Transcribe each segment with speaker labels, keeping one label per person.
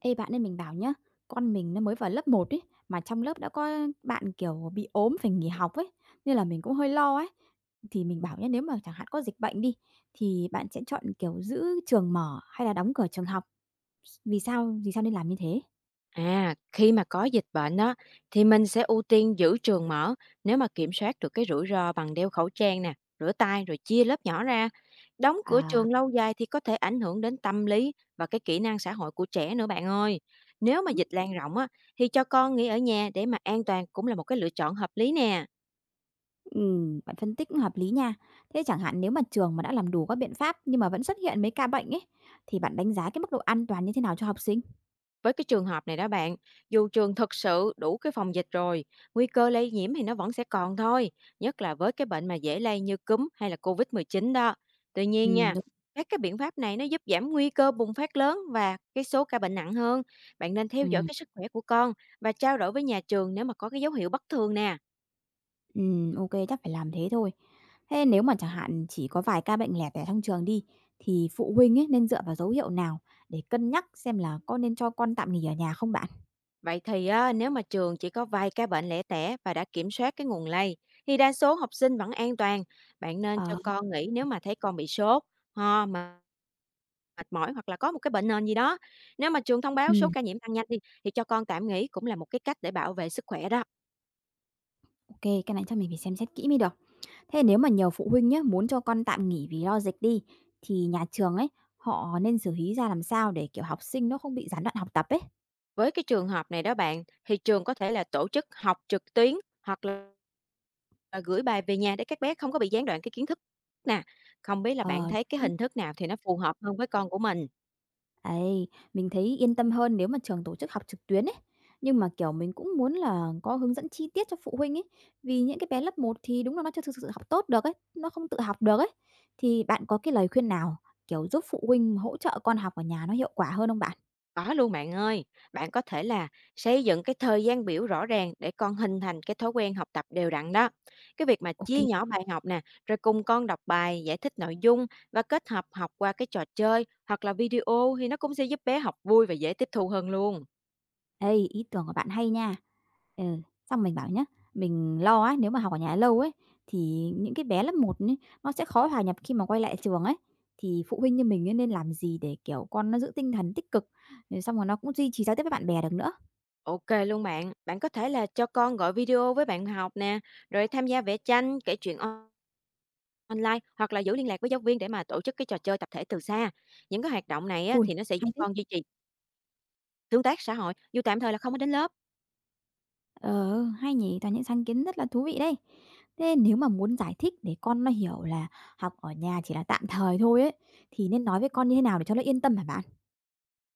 Speaker 1: Ê bạn ơi, mình bảo nhá, con mình nó mới vào lớp một ấy, mà trong lớp đã có bạn, kiểu, bị ốm phải nghỉ học ấy, nên là mình cũng hơi lo ấy. Thì mình bảo nhá, nếu mà chẳng hạn có dịch bệnh đi, thì bạn sẽ chọn, kiểu, giữ trường mở hay là đóng cửa trường học? Vì sao nên làm như thế?
Speaker 2: À, khi mà có dịch bệnh đó thì mình sẽ ưu tiên giữ trường mở nếu mà kiểm soát được cái rủi ro bằng đeo khẩu trang nè, rửa tay rồi chia lớp nhỏ ra. Đóng cửa
Speaker 1: À.
Speaker 2: trường lâu dài thì có thể ảnh hưởng đến tâm lý và cái kỹ năng xã hội của trẻ nữa bạn ơi. Nếu mà
Speaker 1: Ừm,
Speaker 2: dịch lan rộng á, thì cho con nghỉ ở nhà để mà an toàn cũng là một cái lựa chọn hợp lý nè.
Speaker 1: bạn phân tích cũng hợp lý nha. Thế chẳng hạn nếu mà trường mà đã làm đủ các biện pháp nhưng mà vẫn xuất hiện mấy ca bệnh ấy, thì bạn đánh giá cái mức độ an toàn như thế nào cho học sinh?
Speaker 2: Với cái trường hợp này đó bạn, dù trường thực sự đủ cái phòng dịch rồi, nguy cơ lây nhiễm thì nó vẫn sẽ còn thôi, nhất là với cái bệnh mà dễ lây như cúm hay là COVID-19 đó. Tuy nhiên nha,
Speaker 1: Đúng.
Speaker 2: các cái biện pháp này nó giúp giảm nguy cơ bùng phát lớn và cái số ca bệnh nặng hơn. Bạn nên theo dõi
Speaker 1: Ừm.
Speaker 2: cái sức khỏe của con và trao đổi với nhà trường nếu mà có cái dấu hiệu bất thường nè.
Speaker 1: Ô chắc phải làm thế thôi. Thế nếu mà chẳng hạn chỉ có vài ca bệnh lẻ tẻ trong trường đi, thì phụ huynh ấy nên dựa vào dấu hiệu nào để cân nhắc xem là có nên cho con tạm nghỉ ở nhà không bạn?
Speaker 2: Vậy thì á, nếu mà trường chỉ có vài ca bệnh lẻ tẻ và đã kiểm soát cái nguồn lây, thì đa số học sinh vẫn an toàn. Bạn nên cho
Speaker 1: Ờ.
Speaker 2: con nghỉ nếu mà thấy con bị sốt, ho, mà mệt mỏi hoặc là có một cái bệnh nền gì đó. Nếu mà trường thông báo số
Speaker 1: Ừm,
Speaker 2: ca nhiễm tăng nhanh đi, thì cho con tạm nghỉ cũng là một cái cách để bảo vệ sức khỏe đó.
Speaker 1: Ô cái này chắc mình phải xem xét kỹ mới được. Thế nếu mà nhiều phụ huynh nhé muốn cho con tạm nghỉ vì lo dịch đi, thì nhà trường ấy, họ nên xử lý ra làm sao để, kiểu, học sinh nó không bị gián đoạn học tập ấy?
Speaker 2: Với cái trường hợp này đó bạn, thì trường có thể là tổ chức học trực tuyến hoặc là gửi bài về nhà để các bé không có bị gián đoạn cái kiến thức nè. Không biết là bạn
Speaker 1: Ờ.
Speaker 2: thấy cái hình thức nào thì nó phù hợp hơn với con của mình?
Speaker 1: Ấy, mình thấy yên tâm hơn nếu mà trường tổ chức học trực tuyến ấy. Nhưng mà, kiểu, mình cũng muốn là có hướng dẫn chi tiết cho phụ huynh ấy, vì những cái bé lớp một thì đúng là nó chưa thực sự học tốt được ấy, nó không tự học được ấy. Thì bạn có cái lời khuyên nào, kiểu, giúp phụ huynh hỗ trợ con học ở nhà nó hiệu quả hơn không bạn?
Speaker 2: Có luôn bạn ơi, bạn có thể là xây dựng cái thời gian biểu rõ ràng để con hình thành cái thói quen học tập đều đặn đó. Cái việc mà
Speaker 1: OK,
Speaker 2: chia nhỏ bài học nè, rồi cùng con đọc bài, giải thích nội dung và kết hợp học qua cái trò chơi hoặc là video thì nó cũng sẽ giúp bé học vui và dễ tiếp thu hơn luôn.
Speaker 1: đây, ý tưởng của bạn hay nha. Ừ, xong mình bảo nhá, mình lo ấy, nếu mà học ở nhà lâu ấy, thì những cái bé lớp một ấy, nó sẽ khó hòa nhập khi mà quay lại trường ấy. Thì phụ huynh như mình ấy nên làm gì để, kiểu, con nó giữ tinh thần tích cực, rồi xong rồi nó cũng duy trì giao tiếp với bạn bè được nữa.
Speaker 2: Ok luôn bạn, bạn có thể là cho con gọi video với bạn học nè, rồi tham gia vẽ tranh, kể chuyện online hoặc là giữ liên lạc với giáo viên để mà tổ chức cái trò chơi tập thể từ xa. Những cái hoạt động này á,
Speaker 1: Ui
Speaker 2: thì nó sẽ giúp
Speaker 1: hay thế!
Speaker 2: con duy trì tương tác xã hội dù tạm thời là không có đến lớp.
Speaker 1: Ờ, hay nhỉ, toàn những sáng kiến rất là thú vị đấy. Thế nếu mà muốn giải thích để con nó hiểu là học ở nhà chỉ là tạm thời thôi ấy, thì nên nói với con như thế nào để cho nó yên tâm hả bạn?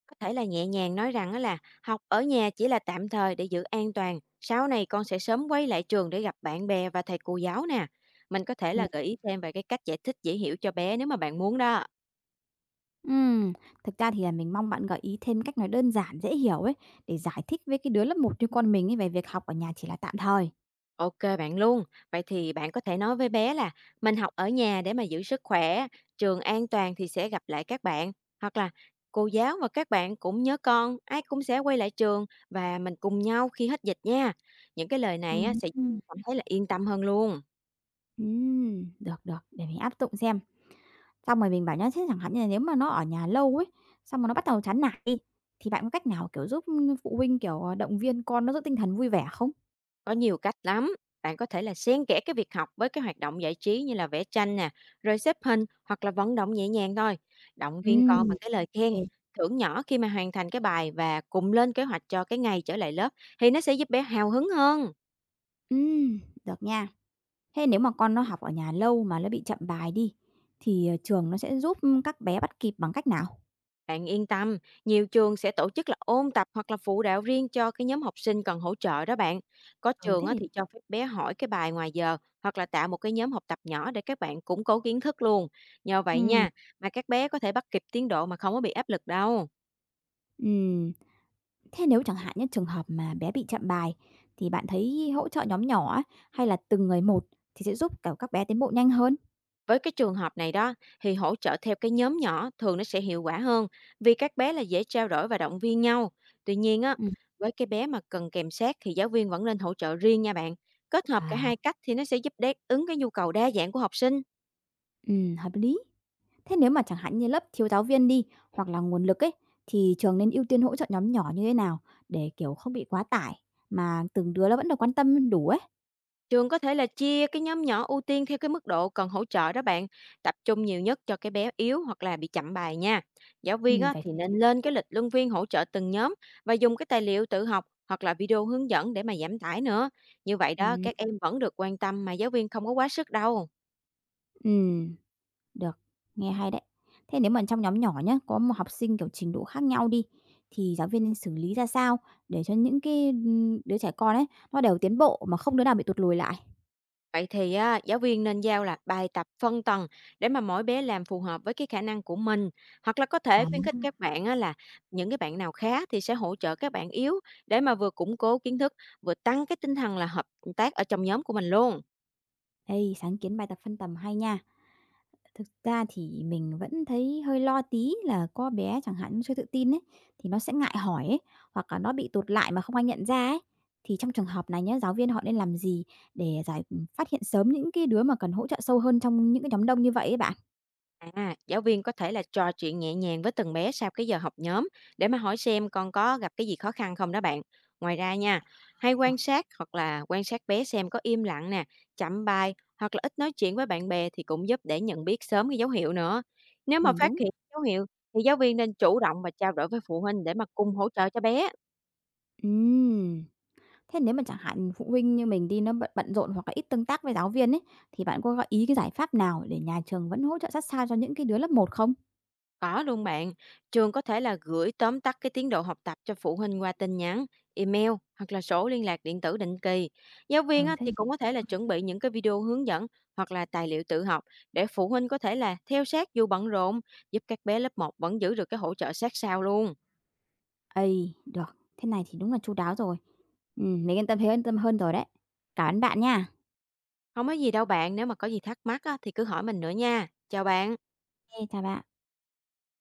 Speaker 2: Có thể là nhẹ nhàng nói rằng á là học ở nhà chỉ là tạm thời để giữ an toàn, sau này con sẽ sớm quay lại trường để gặp bạn bè và thầy cô giáo nè. Mình có thể là gợi ý thêm về cái cách giải thích dễ hiểu cho bé nếu mà bạn muốn đó.
Speaker 1: Ừm, Thực ra thì là mình mong bạn gợi ý thêm cách nói đơn giản, dễ hiểu ấy, để giải thích với cái đứa lớp một như con mình ấy về việc học ở nhà chỉ là tạm thời.
Speaker 2: Ok bạn luôn. Vậy thì bạn có thể nói với bé là mình học ở nhà để mà giữ sức khỏe, trường an toàn thì sẽ gặp lại các bạn. Hoặc là cô giáo và các bạn cũng nhớ con, ai cũng sẽ quay lại trường và mình cùng nhau khi hết dịch nha. Những cái lời này á,
Speaker 1: Ừm,
Speaker 2: sẽ
Speaker 1: ừm.
Speaker 2: cảm thấy là yên tâm hơn luôn.
Speaker 1: Được, được, để mình áp dụng xem. Xong rồi mình bảo nhá, thế chẳng hạn như là nếu mà nó ở nhà lâu ấy, xong rồi nó bắt đầu chán nản đi, thì bạn có cách nào, kiểu, giúp phụ huynh, kiểu, động viên con nó giữ tinh thần vui vẻ không?
Speaker 2: Có nhiều cách lắm. Bạn có thể là xen kẽ cái việc học với cái hoạt động giải trí như là vẽ tranh nè, rồi xếp hình hoặc là vận động nhẹ nhàng thôi. Động viên con
Speaker 1: Ừm,
Speaker 2: bằng cái lời khen,
Speaker 1: kê.
Speaker 2: thưởng nhỏ khi mà hoàn thành cái bài và cùng lên kế hoạch cho cái ngày trở lại lớp thì nó sẽ giúp bé hào hứng hơn.
Speaker 1: Ừm, được nha. Thế nếu mà con nó học ở nhà lâu mà nó bị chậm bài đi, thì, trường nó sẽ giúp các bé bắt kịp bằng cách nào?
Speaker 2: Bạn yên tâm, nhiều trường sẽ tổ chức là ôn tập hoặc là phụ đạo riêng cho cái nhóm học sinh cần hỗ trợ đó bạn. Có
Speaker 1: Ừ,
Speaker 2: trường
Speaker 1: thế
Speaker 2: á
Speaker 1: thì
Speaker 2: thì cho phép bé hỏi cái bài ngoài giờ hoặc là tạo một cái nhóm học tập nhỏ để các bạn củng cố kiến thức luôn. Nhờ vậy
Speaker 1: ừ.
Speaker 2: nha, mà các bé có thể bắt kịp tiến độ mà không có bị áp lực đâu.
Speaker 1: Ừm, Thế nếu chẳng hạn những trường hợp mà bé bị chậm bài thì bạn thấy hỗ trợ nhóm nhỏ á, hay là từng người một thì sẽ giúp, kiểu, các bé tiến bộ nhanh hơn?
Speaker 2: Với cái trường hợp này đó thì hỗ trợ theo cái nhóm nhỏ thường nó sẽ hiệu quả hơn vì các bé là dễ trao đổi và động viên nhau. Tuy nhiên á,
Speaker 1: Ừm.
Speaker 2: với cái bé mà cần kèm sát thì giáo viên vẫn nên hỗ trợ riêng nha bạn. Kết hợp cả
Speaker 1: À,
Speaker 2: hai cách thì nó sẽ giúp đáp ứng cái nhu cầu đa dạng của học sinh.
Speaker 1: hợp lý. Thế nếu mà chẳng hạn như lớp thiếu giáo viên đi, hoặc là nguồn lực ấy, thì trường nên ưu tiên hỗ trợ nhóm nhỏ như thế nào để, kiểu, không bị quá tải, mà từng đứa nó vẫn được quan tâm đủ ấy?
Speaker 2: Trường có thể là chia cái nhóm nhỏ ưu tiên theo cái mức độ cần hỗ trợ đó bạn, tập trung nhiều nhất cho cái bé yếu hoặc là bị chậm bài nha. Giáo viên á,
Speaker 1: Phải
Speaker 2: thì
Speaker 1: thế chứ.
Speaker 2: nên lên cái lịch luân phiên hỗ trợ từng nhóm và dùng cái tài liệu tự học hoặc là video hướng dẫn để mà giảm tải nữa. Như vậy đó,
Speaker 1: Ừm,
Speaker 2: các em vẫn được quan tâm mà giáo viên không có quá sức đâu.
Speaker 1: ừm. Được, nghe hay đấy. Thế nếu mà trong nhóm nhỏ nhá, có một học sinh, kiểu, trình độ khác nhau đi, thì giáo viên nên xử lý ra sao để cho những cái, đứa trẻ con ấy, nó đều tiến bộ mà không đứa nào bị tụt lùi lại?
Speaker 2: Vậy thì á, giáo viên nên giao là bài tập phân tầng để mà mỗi bé làm phù hợp với cái khả năng của mình hoặc là có thể
Speaker 1: À.
Speaker 2: khuyến khích các bạn á, là những cái bạn nào khá thì sẽ hỗ trợ các bạn yếu để mà vừa củng cố kiến thức vừa tăng cái tinh thần là hợp tác ở trong nhóm của mình luôn.
Speaker 1: Ê, sáng kiến bài tập phân tầm hay nha. Thực ra thì mình vẫn thấy hơi lo tí là có bé chẳng hạn nó chưa tự tin ấy, thì nó sẽ ngại hỏi ấy, hoặc là nó bị tụt lại mà không ai nhận ra ấy. Thì trong trường hợp này nhá, giáo viên họ nên làm gì để phát hiện sớm những cái đứa mà cần hỗ trợ sâu hơn trong những cái nhóm đông như vậy ấy bạn?
Speaker 2: À, giáo viên có thể là trò chuyện nhẹ nhàng với từng bé sau cái giờ học nhóm để mà hỏi xem con có gặp cái gì khó khăn không đó bạn. Ngoài ra nha, hay quan
Speaker 1: Được,
Speaker 2: sát hoặc là quan sát bé xem có im lặng nè, chậm bài hoặc là ít nói chuyện với bạn bè thì cũng giúp để nhận biết sớm cái dấu hiệu nữa. Nếu mà phát
Speaker 1: đúng.
Speaker 2: hiện dấu hiệu thì giáo viên nên chủ động và trao đổi với phụ huynh để mà cùng hỗ trợ cho bé.
Speaker 1: Ừm. Thế nếu mà chẳng hạn phụ huynh như mình đi nó bận bận rộn hoặc là ít tương tác với giáo viên ấy, thì bạn có gợi ý cái giải pháp nào để nhà trường vẫn hỗ trợ sát sao cho những cái đứa lớp một không?
Speaker 2: Có luôn bạn, trường có thể là gửi tóm tắt cái tiến độ học tập cho phụ huynh qua tin nhắn, email hoặc là sổ liên lạc điện tử định kỳ. Giáo viên
Speaker 1: Ừ,
Speaker 2: á,
Speaker 1: thế
Speaker 2: thì cũng có thể là chuẩn bị những cái video hướng dẫn hoặc là tài liệu tự học để phụ huynh có thể là theo sát dù bận rộn, giúp các bé lớp một vẫn giữ được cái hỗ trợ sát sao luôn.
Speaker 1: ấy, được, thế này thì đúng là chu đáo rồi. Mình yên tâm hơn rồi đấy. Cảm ơn bạn nha.
Speaker 2: Không có gì đâu bạn, nếu mà có gì thắc mắc á, thì cứ hỏi mình nữa nha. Chào bạn.
Speaker 1: Kê, chào bạn.